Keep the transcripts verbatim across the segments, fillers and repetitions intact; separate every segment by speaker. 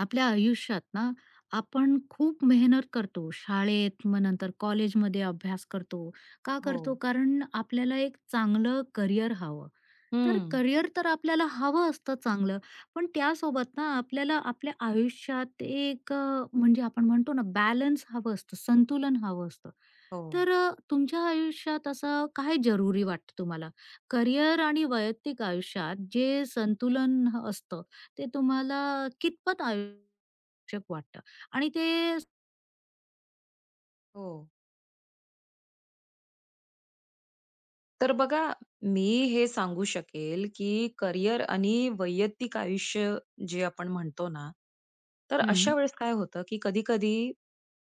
Speaker 1: आपल्या आयुष्यात ना आपण खूप मेहनत करतो शाळेत मग नंतर कॉलेजमध्ये अभ्यास करतो. का
Speaker 2: हो.
Speaker 1: करतो? कारण आपल्याला एक चांगलं करिअर हवं. तर
Speaker 2: हं.
Speaker 1: करिअर तर आपल्याला हवं असतं चांगलं, पण त्यासोबत ना आपल्याला आपल्या आयुष्यात एक अ, म्हणजे आपण म्हणतो ना बॅलन्स हवं असतं, संतुलन हवं असतं.
Speaker 2: हो,
Speaker 1: तर अ, तुमच्या आयुष्यात असं काय जरुरी वाटतं तुम्हाला? करिअर आणि वैयक्तिक आयुष्यात जे संतुलन ह असतं ते तुम्हाला कितपत आवश्यक वाटतं आणि ते
Speaker 2: हो. तर बघा, मी हे सांगू शकेल, की करिअर आणि वैयक्तिक आयुष्य जे आपण म्हणतो ना, तर
Speaker 1: हं,
Speaker 2: अशा वेळेस काय होतं, की कधी-कधी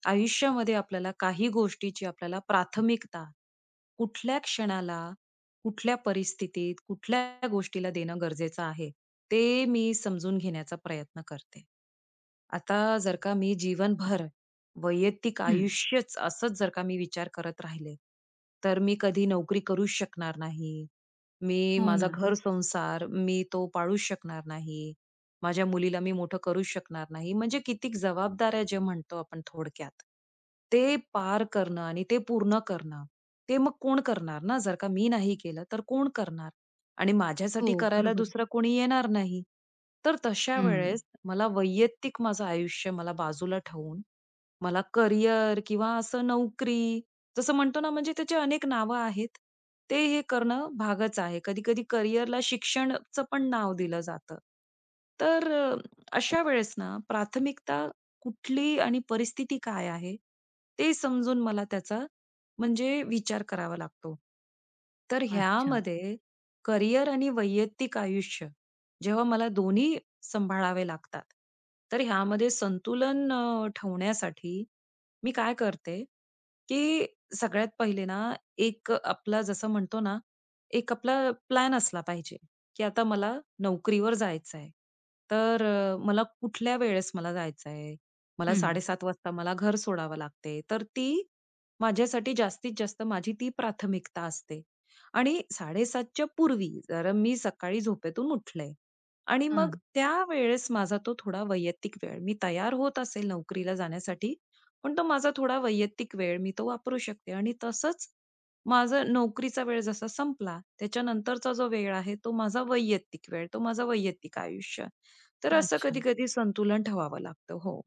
Speaker 2: आयुष्यामध्ये आपल्याला काही गोष्टीची आपल्याला प्राथमिकता कुठल्या क्षणाला, कुठल्या परिस्थितीत, कुठल्या गोष्टीला देणं गरजेचं आहे, ते मी समजून घेण्याचा प्रयत्न करते. आता जर का मी जीवनभर वैयक्तिक
Speaker 1: हं.
Speaker 2: आयुष्यच असंच जर का मी विचार करत राहिले, तर मी कधी नोकरी करूच शकणार नाही. मी
Speaker 1: हो
Speaker 2: माझा
Speaker 1: ना.
Speaker 2: घर संसार मी तो पाळूच शकणार नाही. माझ्या मुलीला मी मोठं करूच शकणार नाही. म्हणजे कितीक जबाबदाऱ्या जे म्हणतो आपण थोडक्यात, ते पार करणं आणि ते पूर्ण करणं, ते मग कोण करणार ना? जर का मी नाही केलं, तर कोण करणार? आणि
Speaker 1: हो,
Speaker 2: माझ्यासाठी करायला
Speaker 1: बरोबर.
Speaker 2: दुसरं कोणी येणार नाही. तर तशा
Speaker 1: हं.
Speaker 2: वेळेस मला वैयक्तिक माझं आयुष्य मला बाजूला ठेवून, मला करियर किंवा असं नोकरी जसं म्हणतो ना म्हणजे त्याची अनेक नावं आहेत. ते हे करणं भागच आहे. कधी-कधी करिअरला शिक्षणचं पण नाव दिलं जातं. तर अ, अशा वेळेस ना प्राथमिकता कुठली आणि परिस्थिती काय आहे, ते समजून मला त्याचा म्हणजे विचार करावा लागतो. तर
Speaker 1: अच्छा.
Speaker 2: ह्यामध्ये करिअर आणि वैयक्तिक आयुष्य जेव्हा मला दोन्ही सांभाळावे लागतात. तर ह्यामध्ये संतुलन अ, ठेवण्यासाठी मी काय करते, की सगळ्यात पहिले ना, एक आपला जसं म्हणतो ना, एक आपला प्लॅन असला पाहिजे, की आता मला नोकरीवर जायचं आहे. तर अ, मला कुठल्या वेळेस मला जायचं आहे. मला
Speaker 1: हं.
Speaker 2: साडे सात वाजता मला घर सोडावं लागते. तर ती माझ्यासाठी जास्तीत जास्त माझी ती प्राथमिकता असते. आणि साडे सात पूर्वी जर मी सकाळी झोपेतून उठले आणि मग
Speaker 1: हां.
Speaker 2: त्यावेळेस माझा तो थोडा वैयक्तिक वेळ मी तयार होत असेल नोकरीला जाण्यासाठी, पण तो माझा थोडा वैयक्तिक वेळ मी तो वापरू शकते आणि तसंच माझा नोकरीचा वेळ जसा संपला, त्याच्यानंतरचा जो वेळ आहे तो माझा वैयक्तिक वेळ, तो माझा वैयक्तिक आयुष्य. तर असं
Speaker 1: अच्छा.
Speaker 2: कधी-कधी संतुलन ठेवावं लागतं. हो.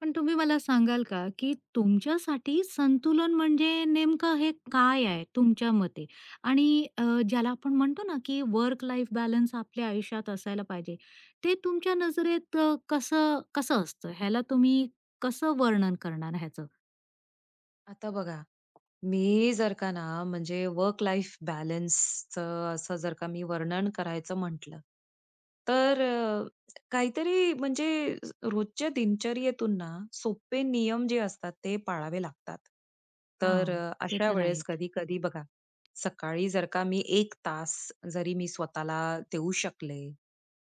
Speaker 1: पण तुम्ही मला सांगाल का, की तुमच्यासाठी संतुलन म्हणजे नेमकं हे काय आहे तुमच्या मते? आणि अ, ज्याला आपण म्हणतो ना, की वर्क लाईफ बॅलन्स आपल्या आयुष्यात असायला पाहिजे, ते तुमच्या नजरेत अ, कसं कसं असतं? ह्याला तुम्ही कसं वर्णन करणार ह्याचं?
Speaker 2: आता बघा मी जर का ना म्हणजे वर्क लाईफ बॅलन्सचं असं जर का मी वर्णन करायचं म्हटलं, तर अ, काहीतरी म्हणजे रोजच्या दिनचर्येतून ना सोपे नियम जे असतात ते पाळावे लागतात. तर
Speaker 1: हां,
Speaker 2: अ,
Speaker 1: ते
Speaker 2: अशा
Speaker 1: तर
Speaker 2: वेळेस
Speaker 1: आहेच.
Speaker 2: कधी-कधी बघा, सकाळी जर का मी एक तास जरी मी स्वतःला देऊ शकले,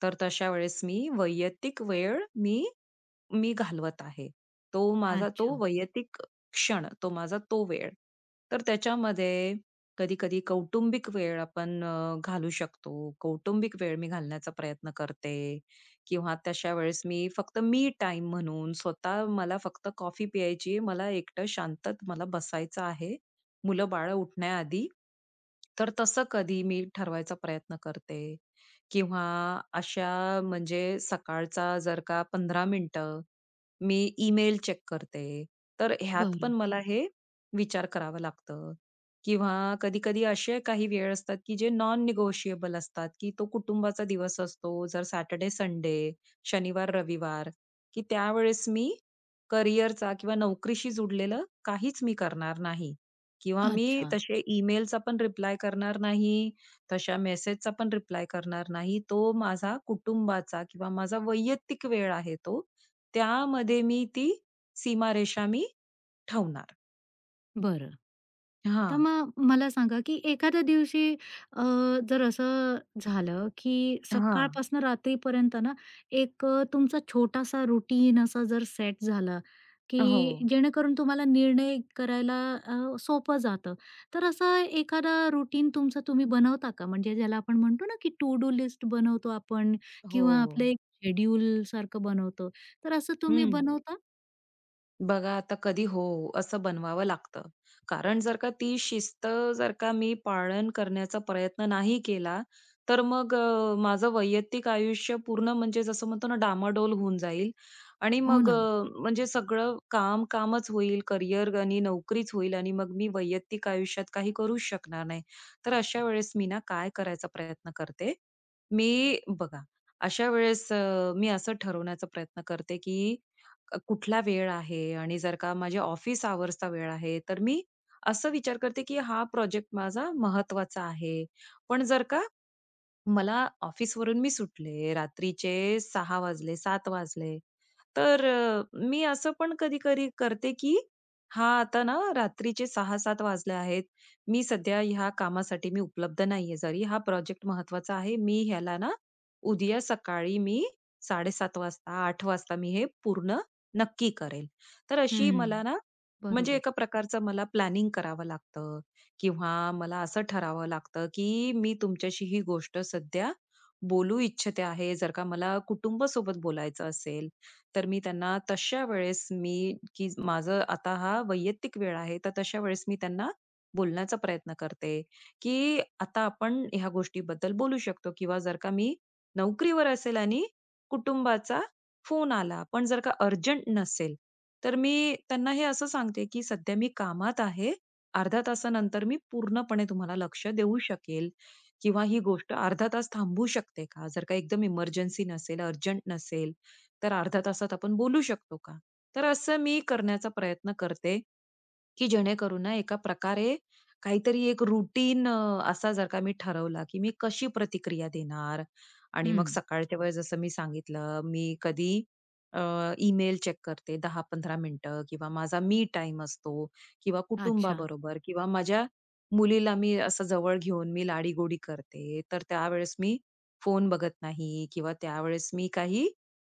Speaker 2: तर तशा वेळेस मी वैयक्तिक वेळ मी मी घालवत आहे. तो माझा तो
Speaker 1: अच्छा.
Speaker 2: वैयक्तिक क्षण, तो माझा तो वेळ. तर त्याच्यामध्ये कधी-कधी कौटुंबिक वेळ आपण अ, घालू शकतो. कौटुंबिक वेळ मी घालण्याचा प्रयत्न करते किंवा तशा वेळेस मी फक्त मी टाइम म्हणून स्वतः मला फक्त कॉफी प्यायची मला एकटं शांतत मला बसायचं आहे. मुलं-बाळं उठण्याआधी. तर तसं कधी मी ठरवायचा प्रयत्न करते. किंवा अशा म्हणजे सकाळचा जर का पंधरा मिनिटं मी ईमेल चेक करते. तर ह्यात पण
Speaker 1: बरं.
Speaker 2: मला हे विचार करावा लागतं. किंवा कधी-कधी असे काही वेळ असतात, की जे नॉन निगोशिएबल असतात, की तो कुटुंबाचा दिवस असतो. जर सॅटर्डे, संडे, शनिवार, रविवार, की त्यावेळेस मी करिअरचा किंवा नोकरीशी जुडलेलं काहीच मी करणार नाही किंवा मी
Speaker 1: अच्छा.
Speaker 2: तसे ईमेलचा पण रिप्लाय करणार नाही तशा मेसेजचा पण रिप्लाय करणार नाही. तो माझा कुटुंबाचा किंवा माझा वैयक्तिक वेळ आहे तो. त्यामध्ये मी ती सीमारेषा मी ठेवणार.
Speaker 1: बरं. तर
Speaker 2: हां,
Speaker 1: मग मला सांगा, की एखाद्या दिवशी अ, जर असं झालं, की
Speaker 2: हां.
Speaker 1: सकाळपासून रात्रीपर्यंत ना, एक अ, तुमचा छोटासा रुटीन असा जर सेट झाला,
Speaker 2: हो,
Speaker 1: की जेणेकरून तुम्हाला निर्णय करायला अ, सोपं जातं. तर असा एखादा रुटीन तुमचं तुम्ही बनवता का? म्हणजे ज्याला आपण म्हणतो ना, की टू डू लिस्ट बनवतो आपण
Speaker 2: हो.
Speaker 1: किंवा आपलं एक शेड्यूल सारखं बनवतो. तर असं तुम्ही
Speaker 2: हं.
Speaker 1: बनवता?
Speaker 2: बघा आता कधी हो, असं बनवावं लागतं. कारण जर का ती शिस्त जर का मी पालन करण्याचा प्रयत्न नाही केला, तर मग अ, माझं वैयक्तिक आयुष्य पूर्ण म्हणजे जसं म्हणतो ना डामाडोल होऊन जाईल आणि
Speaker 1: हो
Speaker 2: मग अ,
Speaker 1: ना.
Speaker 2: म्हणजे सगळं काम कामच होईल, करियर आणि नोकरीच होईल आणि मग मी वैयक्तिक आयुष्यात काही करूच शकणार नाही. तर अशा वेळेस मी ना काय करायचा प्रयत्न करते, मी बघा, अशा वेळेस अ, मी असं ठरवण्याचा प्रयत्न करते, की क- कुठला वेळ आहे आणि जर का माझे ऑफिस आवर्सचा वेळ आहे तर मी असं विचार करते की हा प्रोजेक्ट माझा महत्वाचा आहे पण जर का मला ऑफिसवरून मी सुटले, रात्रीचे सहा वाजले, सात वाजले. तर अ, मी असं पण कधी-कधी करते, की हां, आता ना रात्रीचे सहा सात वाजले आहेत. मी सध्या ह्या कामासाठी मी उपलब्ध नाहीये जरी हा प्रोजेक्ट महत्त्वाचा आहे. मी ह्याला ना उद्या सकाळी मी साडे सात वाजता, आठ वाजता मी हे पूर्ण नक्की करेल. तर अशी
Speaker 1: हं.
Speaker 2: मला ना म्हणजे
Speaker 1: बरोबर.
Speaker 2: एका प्रकारचं मला प्लॅनिंग करावं लागतं. किंवा मला असं ठरावं लागतं, की मी तुमच्याशी ही गोष्ट सध्या बोलू इच्छिते आहे. जर का मला कुटुंबासोबत बोलायचं असेल, तर मी त्यांना तशा वेळेस मी की माझं आता हा वैयक्तिक वेळ आहे, तर तशा वेळेस मी त्यांना बोलण्याचा प्रयत्न करते, की आता आपण ह्या गोष्टीबद्दल बोलू शकतो किंवा जर का मी नोकरीवर असेल आणि कुटुंबाचा फोन आला, पण जर का अर्जंट नसेल, तर मी त्यांना हे असं सांगते, की सध्या मी कामात आहे. अर्ध्या तासानंतर मी पूर्णपणे तुम्हाला लक्ष देऊ शकेल किंवा ही गोष्ट अर्धा तास थांबू शकते का? जर का एकदम इमर्जन्सी नसेल, अर्जंट नसेल, तर अर्ध्या तासात आपण बोलू शकतो का? तर असं मी करण्याचा प्रयत्न करते, की जेणेकरून ना एका प्रकारे काहीतरी एक रुटीन असा जर का मी ठरवला, की मी कशी प्रतिक्रिया देणार आणि मग
Speaker 1: हं.
Speaker 2: सकाळच्या वेळेस जसं मी सांगितलं, मी कधी ईमेल चेक करते दहा ते पंधरा मिनिटं किंवा माझा मी टाईम असतो. किंवा
Speaker 1: अच्छा.
Speaker 2: कुटुंबाबरोबर किंवा माझ्या मुलीला मी असं जवळ घेऊन मी लाडीगोडी करते. तर त्यावेळेस मी फोन बघत नाही किंवा त्यावेळेस मी काही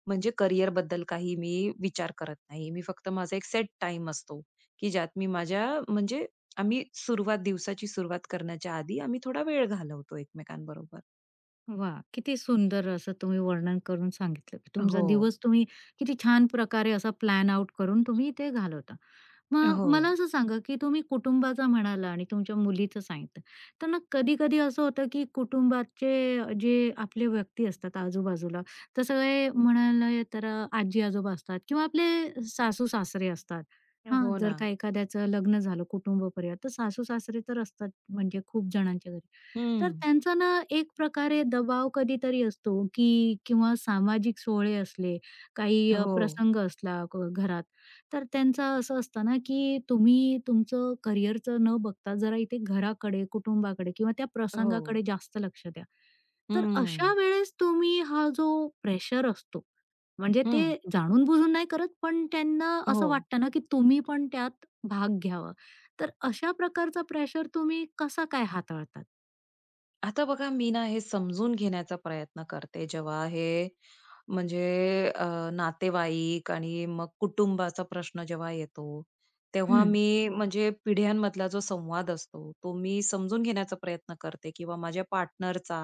Speaker 2: म्हणजे करिअरबद्दल काही मी विचार करत नाही. मी फक्त माझा एक सेट टाइम असतो, की ज्यात मी माझ्या म्हणजे आम्ही सुरुवात दिवसाची सुरुवात करण्याच्या आधी आम्ही थोडा वेळ घालवतो एकमेकांबरोबर.
Speaker 1: वाह! किती सुंदर असं तुम्ही वर्णन करून सांगितलं, की तुमचा
Speaker 2: हो.
Speaker 1: दिवस तुम्ही किती छान प्रकारे असा प्लॅन आउट करून तुम्ही ते घालवता. मग
Speaker 2: हो.
Speaker 1: मला असं सांगा, की तुम्ही कुटुंबाचं म्हणाला आणि तुमच्या मुलीचं सांगितलं. तर ना कधी-कधी असं होतं, की कुटुंबाचे जे आपले व्यक्ती असतात आजूबाजूला, तर सगळे म्हणाले तर आजी-आजोबा असतात किंवा आपले सासू-सासरे असतात. हां,
Speaker 2: हो
Speaker 1: जर
Speaker 2: ना.
Speaker 1: का एखाद्याचं लग्न झालं कुटुंब परिवार, तर सासू-सासरे तर असतात म्हणजे खूप जणांच्या घरी. तर
Speaker 2: हं.
Speaker 1: त्यांचा ना एक प्रकारे दबाव कधीतरी असतो, की किंवा सामाजिक सोहळे असले, काही अ,
Speaker 2: हो.
Speaker 1: प्रसंग असला क घरात, तर त्यांचं असं असतं ना, की तुम्ही तुमचं करिअरचं न बघता जरा इथे घराकडे, कुटुंबाकडे किंवा त्या
Speaker 2: हो.
Speaker 1: प्रसंगाकडे जास्त लक्ष द्या. तर
Speaker 2: हं.
Speaker 1: अशा वेळेस तुम्ही हा जो प्रेशर असतो, म्हणजे
Speaker 2: हं.
Speaker 1: ते जाणून बुजून नाही करत, पण त्यांना
Speaker 2: हो.
Speaker 1: असं वाटतं ना, की तुम्ही पण त्यात भाग घ्यावा. तर अशा प्रकारचा प्रेशर तुम्ही कसा काय हाताळतात?
Speaker 2: आता बघा मी ना हे समजून घेण्याचा प्रयत्न करते जेव्हा हे म्हणजे अ, नातेवाईक आणि मग कुटुंबाचा प्रश्न जेव्हा येतो, तेव्हा
Speaker 1: हं.
Speaker 2: मी म्हणजे पिढ्यांमधला जो संवाद असतो, तो मी समजून घेण्याचा प्रयत्न करते किंवा माझ्या पार्टनरचा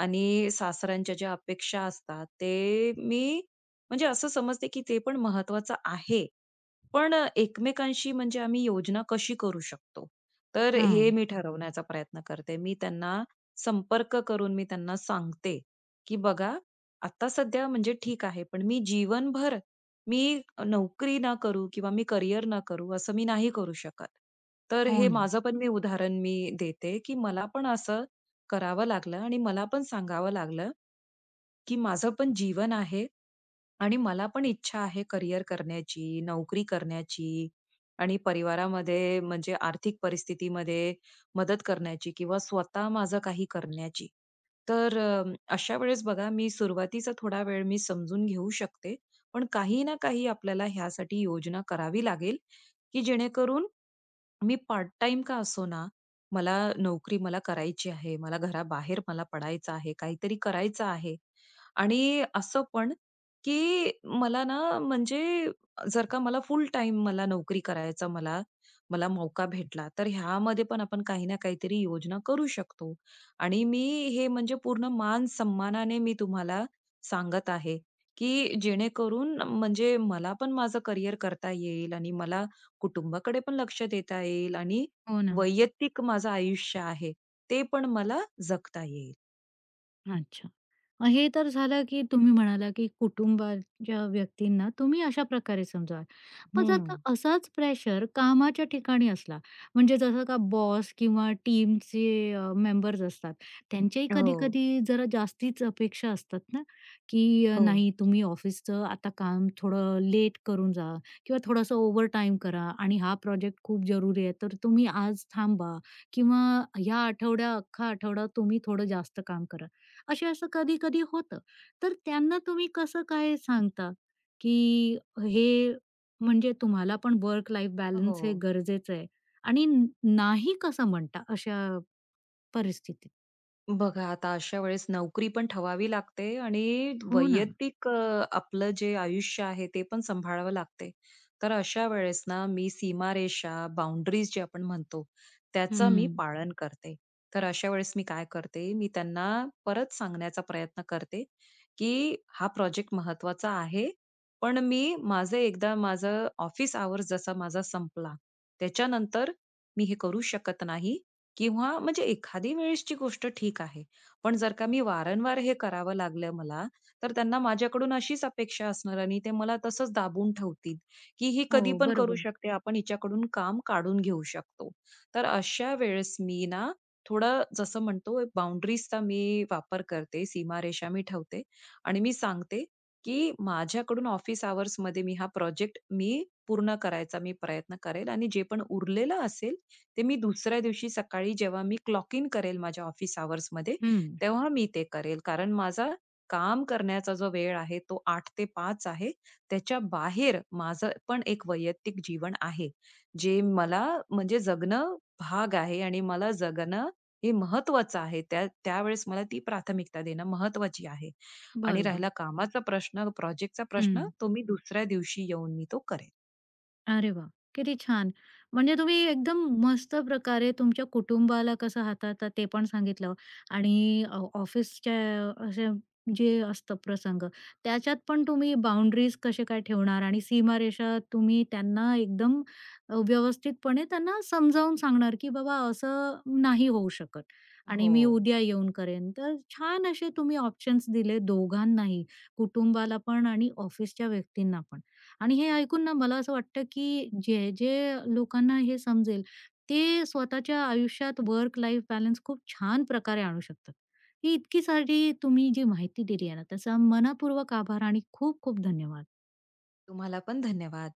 Speaker 2: आणि सासऱ्यांच्या ज्या अपेक्षा असतात, ते मी म्हणजे असं समजते की ते पण महत्त्वाचं आहे. पण एकमेकांशी म्हणजे आम्ही योजना कशी करू शकतो? तर हे
Speaker 1: हां.
Speaker 2: मी ठरवण्याचा प्रयत्न करते. मी त्यांना संपर्क करून मी त्यांना सांगते, की बघा आता सध्या म्हणजे ठीक आहे, पण मी जीवनभर मी नोकरी ना करू किंवा मी करियर ना करू असं मी नाही करू शकत. तर
Speaker 1: हो
Speaker 2: हे
Speaker 1: ना,
Speaker 2: माझं पण मी उदाहरण मी देते, की मला पण असं करावं लागलं आणि मला पण सांगावं लागलं, की माझं पण जीवन आहे आणि मला पण इच्छा आहे करियर करण्याची, नोकरी करण्याची आणि परिवारामध्ये म्हणजे आर्थिक परिस्थितीमध्ये मदत करण्याची किंवा स्वतः माझं काही करण्याची. तर अ, अशा वेळेस बघा मी सुरुवातीचा थोडा वेळ मी समजून घेऊ शकते. पण काही ना काही आपल्याला ह्यासाठी योजना करावी लागेल, की जेणेकरून मी पार्ट टाइम का असो असोना, मला नोकरी मला करायची आहे. मला घराबाहेर मला पडायचं आहे. काहीतरी करायचं आहे. आणि असं पण, की मला ना म्हणजे जर का मला फुल टाइम मला नोकरी करायचा मला मला मौका भेटला, तर ह्यामध्ये पण आपण काही ना काहीतरी योजना करू शकतो. आणि मी हे म्हणजे पूर्ण मान-सन्मानाने मी तुम्हाला सांगत आहे, की जेणेकरून म्हणजे मला पण माझं करियर करता येईल आणि मला कुटुंबाकडे पण लक्ष देता येईल आणि
Speaker 1: हो ना.
Speaker 2: वैयक्तिक माझं आयुष्य आहे, ते पण मला जगता येईल.
Speaker 1: अच्छा. अ, हे तर झालं की तुम्ही म्हणाला की कुटुंबाच्या व्यक्तींना तुम्ही अशा प्रकारे समजावा. पण जर
Speaker 2: हं.
Speaker 1: का असाच प्रेशर कामाच्या ठिकाणी असला, म्हणजे जसं का बॉस किंवा टीमचे अ, मेंबर्स असतात, त्यांच्याही
Speaker 2: हो.
Speaker 1: कधी-कधी जरा जास्तीच अपेक्षा असतात ना, की अ,
Speaker 2: हो.
Speaker 1: नाही तुम्ही ऑफिसचं आता काम थोडं लेट करून जा किंवा थोडंसं ओव्हरटाईम करा आणि हा प्रोजेक्ट खूप जरुरी आहे, तर तुम्ही आज थांबा किंवा या आठवड्या अख्खा आठवडा तुम्ही थोडं जास्त काम करा. असे असं कधी-कधी होतं. तर त्यांना तुम्ही कसं काय सांगता, की हे म्हणजे तुम्हाला पण वर्क लाईफ
Speaker 2: हो.
Speaker 1: बॅलन्स हे गरजेचं आहे आणि न नाही कसं म्हणता अशा परिस्थितीत?
Speaker 2: बघा आता अशा वेळेस नोकरी पण ठवावी लागते आणि
Speaker 1: हो ना.
Speaker 2: वैयक्तिक अ, आपलं जे आयुष्य आहे ते पण सांभाळावं लागते. तर अशा वेळेस ना मी सीमारेषा, बाउंडरीज जे आपण म्हणतो, त्याचं मी
Speaker 1: हं.
Speaker 2: पाळन करते. तर अशा वेळेस मी काय करते, मी त्यांना परत सांगण्याचा प्रयत्न करते, की हा प्रोजेक्ट महत्त्वाचा आहे. पण मी माझं एकदा माझं ऑफिस आवर्स जसा माझा संपला, त्याच्यानंतर मी हे करू शकत नाही. किंवा म्हणजे एखादी वेळेसची गोष्ट ठीक आहे. पण जर का मी वारंवार हे करावं लागलं मला, तर त्यांना माझ्याकडून अशीच अपेक्षा असणार आणि ते मला तसंच दाबून ठेवतील, की ही कधी
Speaker 1: हो,
Speaker 2: पण करू
Speaker 1: बरोबर.
Speaker 2: शकते, आपण हिच्याकडून काम काढून घेऊ शकतो. तर अशा वेळेस मी ना थोडं जसं म्हणतो बाउंडरीजचा मी वापर करते, सीमारेषा मी ठेवते आणि मी सांगते, की माझ्याकडून ऑफिस अवर्समध्ये मी हा प्रोजेक्ट मी पूर्ण करायचा मी प्रयत्न करेल आणि जे पण उरलेलं असेल, ते मी दुसऱ्या दिवशी सकाळी जेव्हा मी क्लॉक इन करेल माझ्या ऑफिस अवर्समध्ये,
Speaker 1: हं.
Speaker 2: तेव्हा मी ते करेल. कारण माझा काम करण्याचा जो वेळ आहे तो आठ ते पाच आहे. त्याच्या बाहेर माझं पण एक वैयक्तिक जीवन आहे. जे मला म्हणजे जगणं भाग आहे आणि मला जगणं हे महत्त्वाचं आहे. त्या त्यावेळेस मला ती प्राथमिकता देणं महत्त्वाची आहे. आणि
Speaker 1: बरोबर.
Speaker 2: राहिला कामाचा प्रश्न, प्रोजेक्टचा प्रश्न,
Speaker 1: हं.
Speaker 2: तो मी दुसऱ्या दिवशी येऊन मी तो करेल.
Speaker 1: अरे वाह! किती छान. म्हणजे तुम्ही एकदम मस्त प्रकारे तुमच्या कुटुंबाला कसं हाताळता ते पण सांगितलं आणि ऑ ऑफिसच्या अशा जे असतं प्रसंग, त्याच्यात पण तुम्ही बाउंडरीज कसे काय ठेवणार आणि सीमारेषा तुम्ही त्यांना एकदम अ, व्यवस्थितपणे त्यांना समजावून सांगणार, की "बाबा असं नाही होऊ शकत आणि
Speaker 2: हो.
Speaker 1: मी उद्या येऊन करेन." तर छान असे तुम्ही ऑप्शन्स दिले दोघांनाही, कुटुंबाला पण आणि ऑफिसच्या व्यक्तींना पण. आणि हे ऐकून ना मला असं वाटतं, की जे जे लोकांना हे समजेल, ते स्वतःच्या आयुष्यात वर्क लाईफ बॅलन्स खूप छान प्रकारे आणू शकतात. ही इतकी सारी तुम्ही जी माहिती दिली आहे ना, त्याचा मनःपूर्वक आभार आणि खूप खूप धन्यवाद.
Speaker 2: तुम्हाला पण धन्यवाद.